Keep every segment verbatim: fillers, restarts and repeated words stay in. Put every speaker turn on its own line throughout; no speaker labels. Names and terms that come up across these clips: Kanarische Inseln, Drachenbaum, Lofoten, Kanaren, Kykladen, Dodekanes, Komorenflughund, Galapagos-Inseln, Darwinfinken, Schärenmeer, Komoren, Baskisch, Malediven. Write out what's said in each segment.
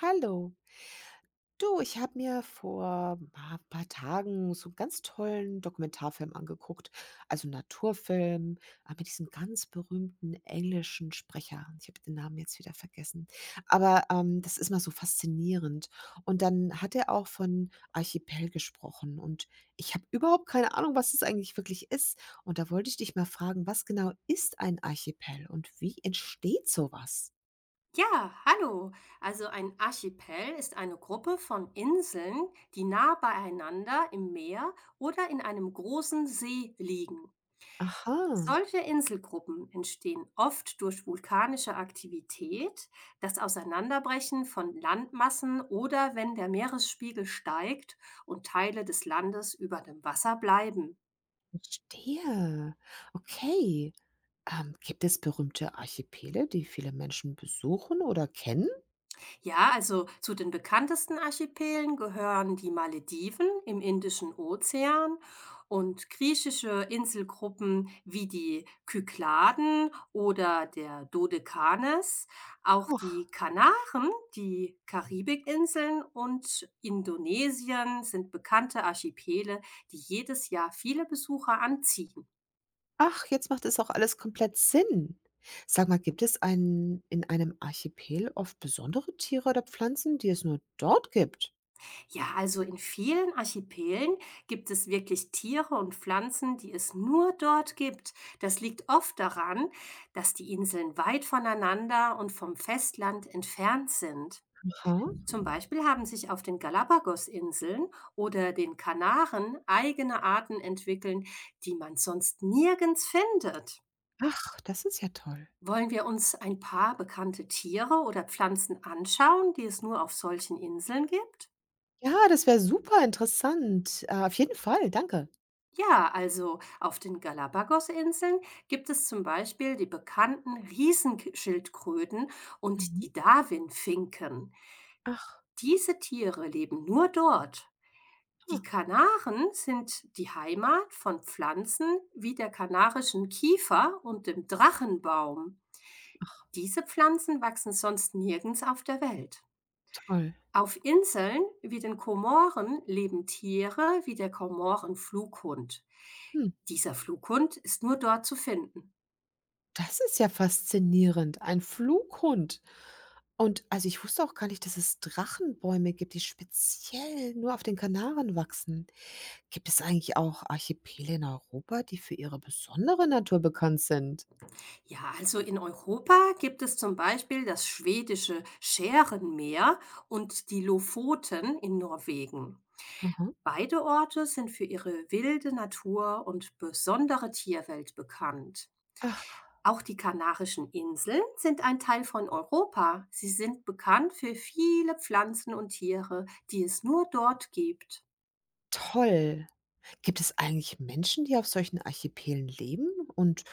Hallo. Du, ich habe mir vor ein paar Tagen so einen ganz tollen Dokumentarfilm angeguckt, also Naturfilm, ah, mit diesem ganz berühmten englischen Sprecher. Ich habe den Namen jetzt wieder vergessen. Aber, ähm, das ist mal so faszinierend. Und dann hat er auch von Archipel gesprochen und ich habe überhaupt keine Ahnung, was es eigentlich wirklich ist. Und da wollte ich dich mal fragen, was genau ist ein Archipel und wie entsteht so was?
Ja, hallo. Also ein Archipel ist eine Gruppe von Inseln, die nah beieinander im Meer oder in einem großen See liegen.
Aha.
Solche Inselgruppen entstehen oft durch vulkanische Aktivität, das Auseinanderbrechen von Landmassen oder wenn der Meeresspiegel steigt und Teile des Landes über dem Wasser bleiben.
Verstehe. Okay. Ähm, gibt es berühmte Archipele, die viele Menschen besuchen oder kennen?
Ja, also zu den bekanntesten Archipelen gehören die Malediven im Indischen Ozean und griechische Inselgruppen wie die Kykladen oder der Dodekanes, auch
Huch.
die Kanaren, die Karibikinseln und Indonesien sind bekannte Archipele, die jedes Jahr viele Besucher anziehen.
Ach, jetzt macht es auch alles komplett Sinn. Sag mal, gibt es ein, in einem Archipel oft besondere Tiere oder Pflanzen, die es nur dort gibt?
Ja, also in vielen Archipelen gibt es wirklich Tiere und Pflanzen, die es nur dort gibt. Das liegt oft daran, dass die Inseln weit voneinander und vom Festland entfernt sind.
Aha.
Zum Beispiel haben sich auf den Galapagos-Inseln oder den Kanaren eigene Arten entwickeln, die man sonst nirgends findet.
Ach, das ist ja toll.
Wollen wir uns ein paar bekannte Tiere oder Pflanzen anschauen, die es nur auf solchen Inseln gibt?
Ja, das wäre super interessant. Äh, auf jeden Fall, danke.
Ja, also auf den Galapagosinseln gibt es zum Beispiel die bekannten Riesenschildkröten und
Mhm.
die Darwinfinken.
Ach,
Diese Tiere leben nur dort. Die
ah,
Kanaren sind die Heimat von Pflanzen wie der kanarischen Kiefer und dem Drachenbaum.
ach,
Diese Pflanzen wachsen sonst nirgends auf der Welt.
toll.
Auf Inseln wie den Komoren leben Tiere wie der Komorenflughund.
Hm.
Dieser Flughund ist nur dort zu finden.
Das ist ja faszinierend, ein Flughund. Und also, ich wusste auch gar nicht, dass es Drachenbäume gibt, die speziell nur auf den Kanaren wachsen. Gibt es eigentlich auch Archipele in Europa, die für ihre besondere Natur bekannt sind?
Ja, also in Europa gibt es zum Beispiel das schwedische Schärenmeer und die Lofoten in Norwegen.
Mhm.
Beide Orte sind für ihre wilde Natur und besondere Tierwelt bekannt.
Ach,
Auch die Kanarischen Inseln sind ein Teil von Europa. Sie sind bekannt für viele Pflanzen und Tiere, die es nur dort gibt.
toll. Gibt es eigentlich Menschen, die auf solchen Archipelen leben? Und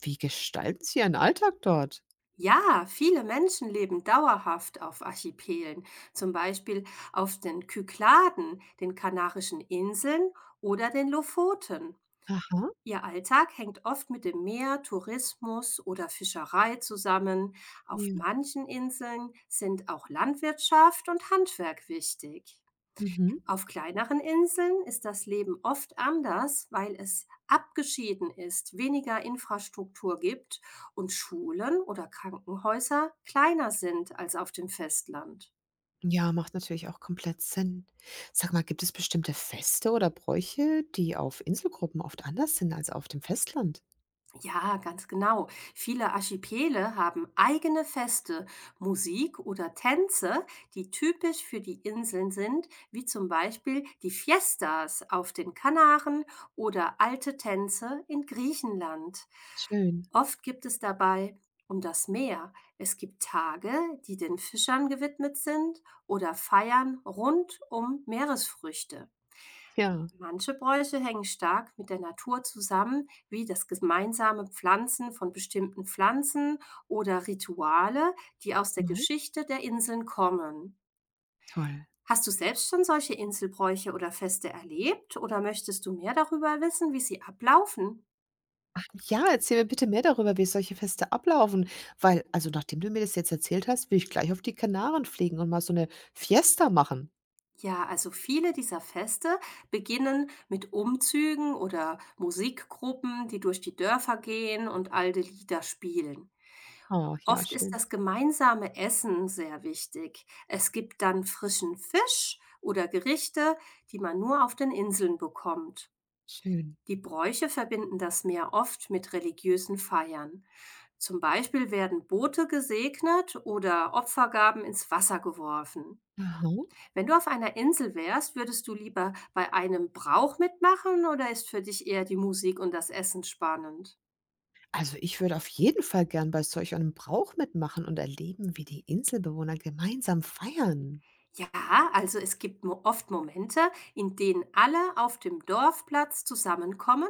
wie gestalten sie ihren Alltag dort?
Ja, viele Menschen leben dauerhaft auf Archipelen, zum Beispiel auf den Kykladen, den Kanarischen Inseln oder den Lofoten.
Aha,
Ihr Alltag hängt oft mit dem Meer, Tourismus oder Fischerei zusammen. Auf
ja.
manchen Inseln sind auch Landwirtschaft und Handwerk wichtig.
Mhm.
Auf kleineren Inseln ist das Leben oft anders, weil es abgeschieden ist, weniger Infrastruktur gibt und Schulen oder Krankenhäuser kleiner sind als auf dem Festland.
Ja, macht natürlich auch komplett Sinn. Sag mal, gibt es bestimmte Feste oder Bräuche, die auf Inselgruppen oft anders sind als auf dem Festland?
Ja, ganz genau. Viele Archipele haben eigene Feste, Musik oder Tänze, die typisch für die Inseln sind, wie zum Beispiel die Fiestas auf den Kanaren oder alte Tänze in Griechenland.
Schön.
Oft gibt es dabei um das Meer. Es gibt Tage, die den Fischern gewidmet sind oder Feiern rund um Meeresfrüchte.
Ja.
Manche Bräuche hängen stark mit der Natur zusammen, wie das gemeinsame Pflanzen von bestimmten Pflanzen oder Rituale, die aus der
Mhm.
Geschichte der Inseln kommen.
Toll.
Hast du selbst schon solche Inselbräuche oder Feste erlebt oder möchtest du mehr darüber wissen, wie sie ablaufen?
Ach ja, erzähl mir bitte mehr darüber, wie solche Feste ablaufen, weil also nachdem du mir das jetzt erzählt hast, will ich gleich auf die Kanaren fliegen und mal so eine Fiesta machen.
Ja, also viele dieser Feste beginnen mit Umzügen oder Musikgruppen, die durch die Dörfer gehen und alte Lieder spielen.
Ach ja,
Oft ist
schön,
das gemeinsame Essen sehr wichtig. Es gibt dann frischen Fisch oder Gerichte, die man nur auf den Inseln bekommt.
schön.
Die Bräuche verbinden das Meer oft mit religiösen Feiern. Zum Beispiel werden Boote gesegnet oder Opfergaben ins Wasser geworfen.
Aha.
Wenn du auf einer Insel wärst, würdest du lieber bei einem Brauch mitmachen oder ist für dich eher die Musik und das Essen spannend?
Also, ich würde auf jeden Fall gern bei solch einem Brauch mitmachen und erleben, wie die Inselbewohner gemeinsam feiern.
Ja, also es gibt mo- oft Momente, in denen alle auf dem Dorfplatz zusammenkommen,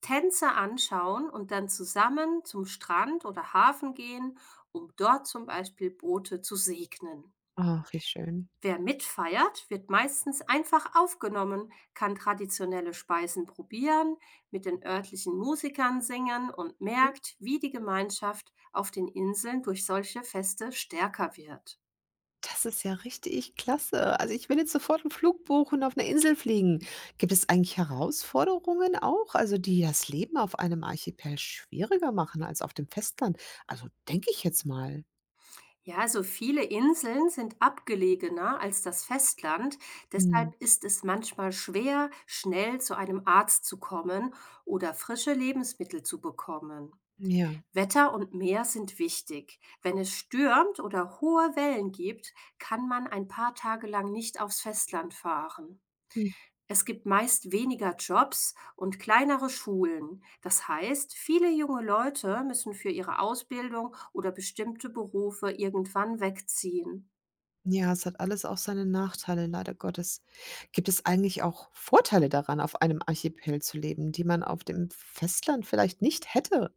Tänze anschauen und dann zusammen zum Strand oder Hafen gehen, um dort zum Beispiel Boote zu segnen.
Ach, wie schön.
Wer mitfeiert, wird meistens einfach aufgenommen, kann traditionelle Speisen probieren, mit den örtlichen Musikern singen und merkt, wie die Gemeinschaft auf den Inseln durch solche Feste stärker wird.
Das ist ja richtig klasse. Also, ich will jetzt sofort einen Flug buchen und auf eine Insel fliegen. Gibt es eigentlich Herausforderungen auch, also, die das Leben auf einem Archipel schwieriger machen als auf dem Festland? Also, denke ich jetzt mal.
Ja, also viele Inseln sind abgelegener als das Festland,
Mhm.
deshalb ist es manchmal schwer, schnell zu einem Arzt zu kommen oder frische Lebensmittel zu bekommen.
Ja.
Wetter und Meer sind wichtig. Wenn es stürmt oder hohe Wellen gibt, kann man ein paar Tage lang nicht aufs Festland fahren.
Mhm.
Es gibt meist weniger Jobs und kleinere Schulen. Das heißt, viele junge Leute müssen für ihre Ausbildung oder bestimmte Berufe irgendwann wegziehen.
Ja, es hat alles auch seine Nachteile, leider Gottes. Gibt es eigentlich auch Vorteile daran, auf einem Archipel zu leben, die man auf dem Festland vielleicht nicht hätte?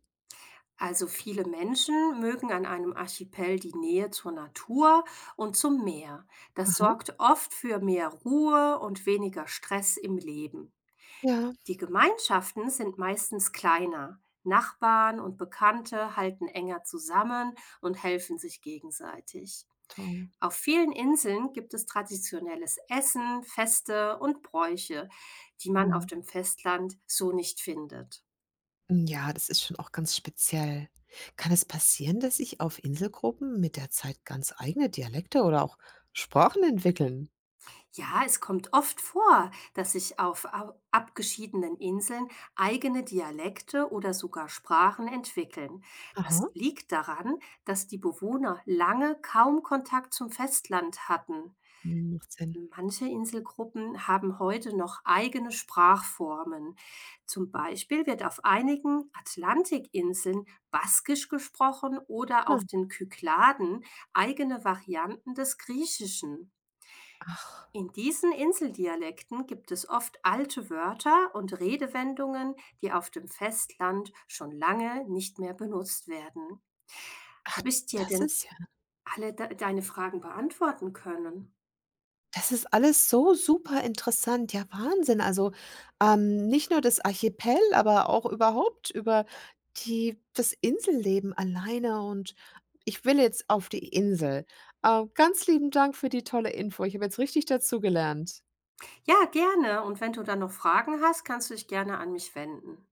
Also viele Menschen mögen an einem Archipel die Nähe zur Natur und zum Meer. Das
Aha.
sorgt oft für mehr Ruhe und weniger Stress im Leben.
Ja,
Die Gemeinschaften sind meistens kleiner. Nachbarn und Bekannte halten enger zusammen und helfen sich gegenseitig.
toll.
Auf vielen Inseln gibt es traditionelles Essen, Feste und Bräuche, die man auf
Mhm.
dem Festland so nicht findet.
Ja, das ist schon auch ganz speziell. Kann es passieren, dass sich auf Inselgruppen mit der Zeit ganz eigene Dialekte oder auch Sprachen entwickeln?
Ja, es kommt oft vor, dass sich auf au- abgeschiedenen Inseln eigene Dialekte oder sogar Sprachen entwickeln.
Aha.
Das liegt daran, dass die Bewohner lange kaum Kontakt zum Festland hatten.
Hm, macht Sinn.
Manche Inselgruppen haben heute noch eigene Sprachformen. Zum Beispiel wird auf einigen Atlantikinseln Baskisch gesprochen oder
Ha.
auf den Kykladen eigene Varianten des Griechischen.
Ach,
In diesen Inseldialekten gibt es oft alte Wörter und Redewendungen, die auf dem Festland schon lange nicht mehr benutzt werden. Habe ich dir
das
denn
ist ja
alle de deine Fragen beantworten können?
das ist alles so super interessant. Ja, Wahnsinn. Also, ähm, nicht nur das Archipel, aber auch überhaupt über die das Inselleben alleine und ich will jetzt auf die Insel. Äh, ganz lieben Dank für die tolle Info. Ich habe jetzt richtig dazugelernt.
Ja, gerne. Und wenn du dann noch Fragen hast, kannst du dich gerne an mich wenden.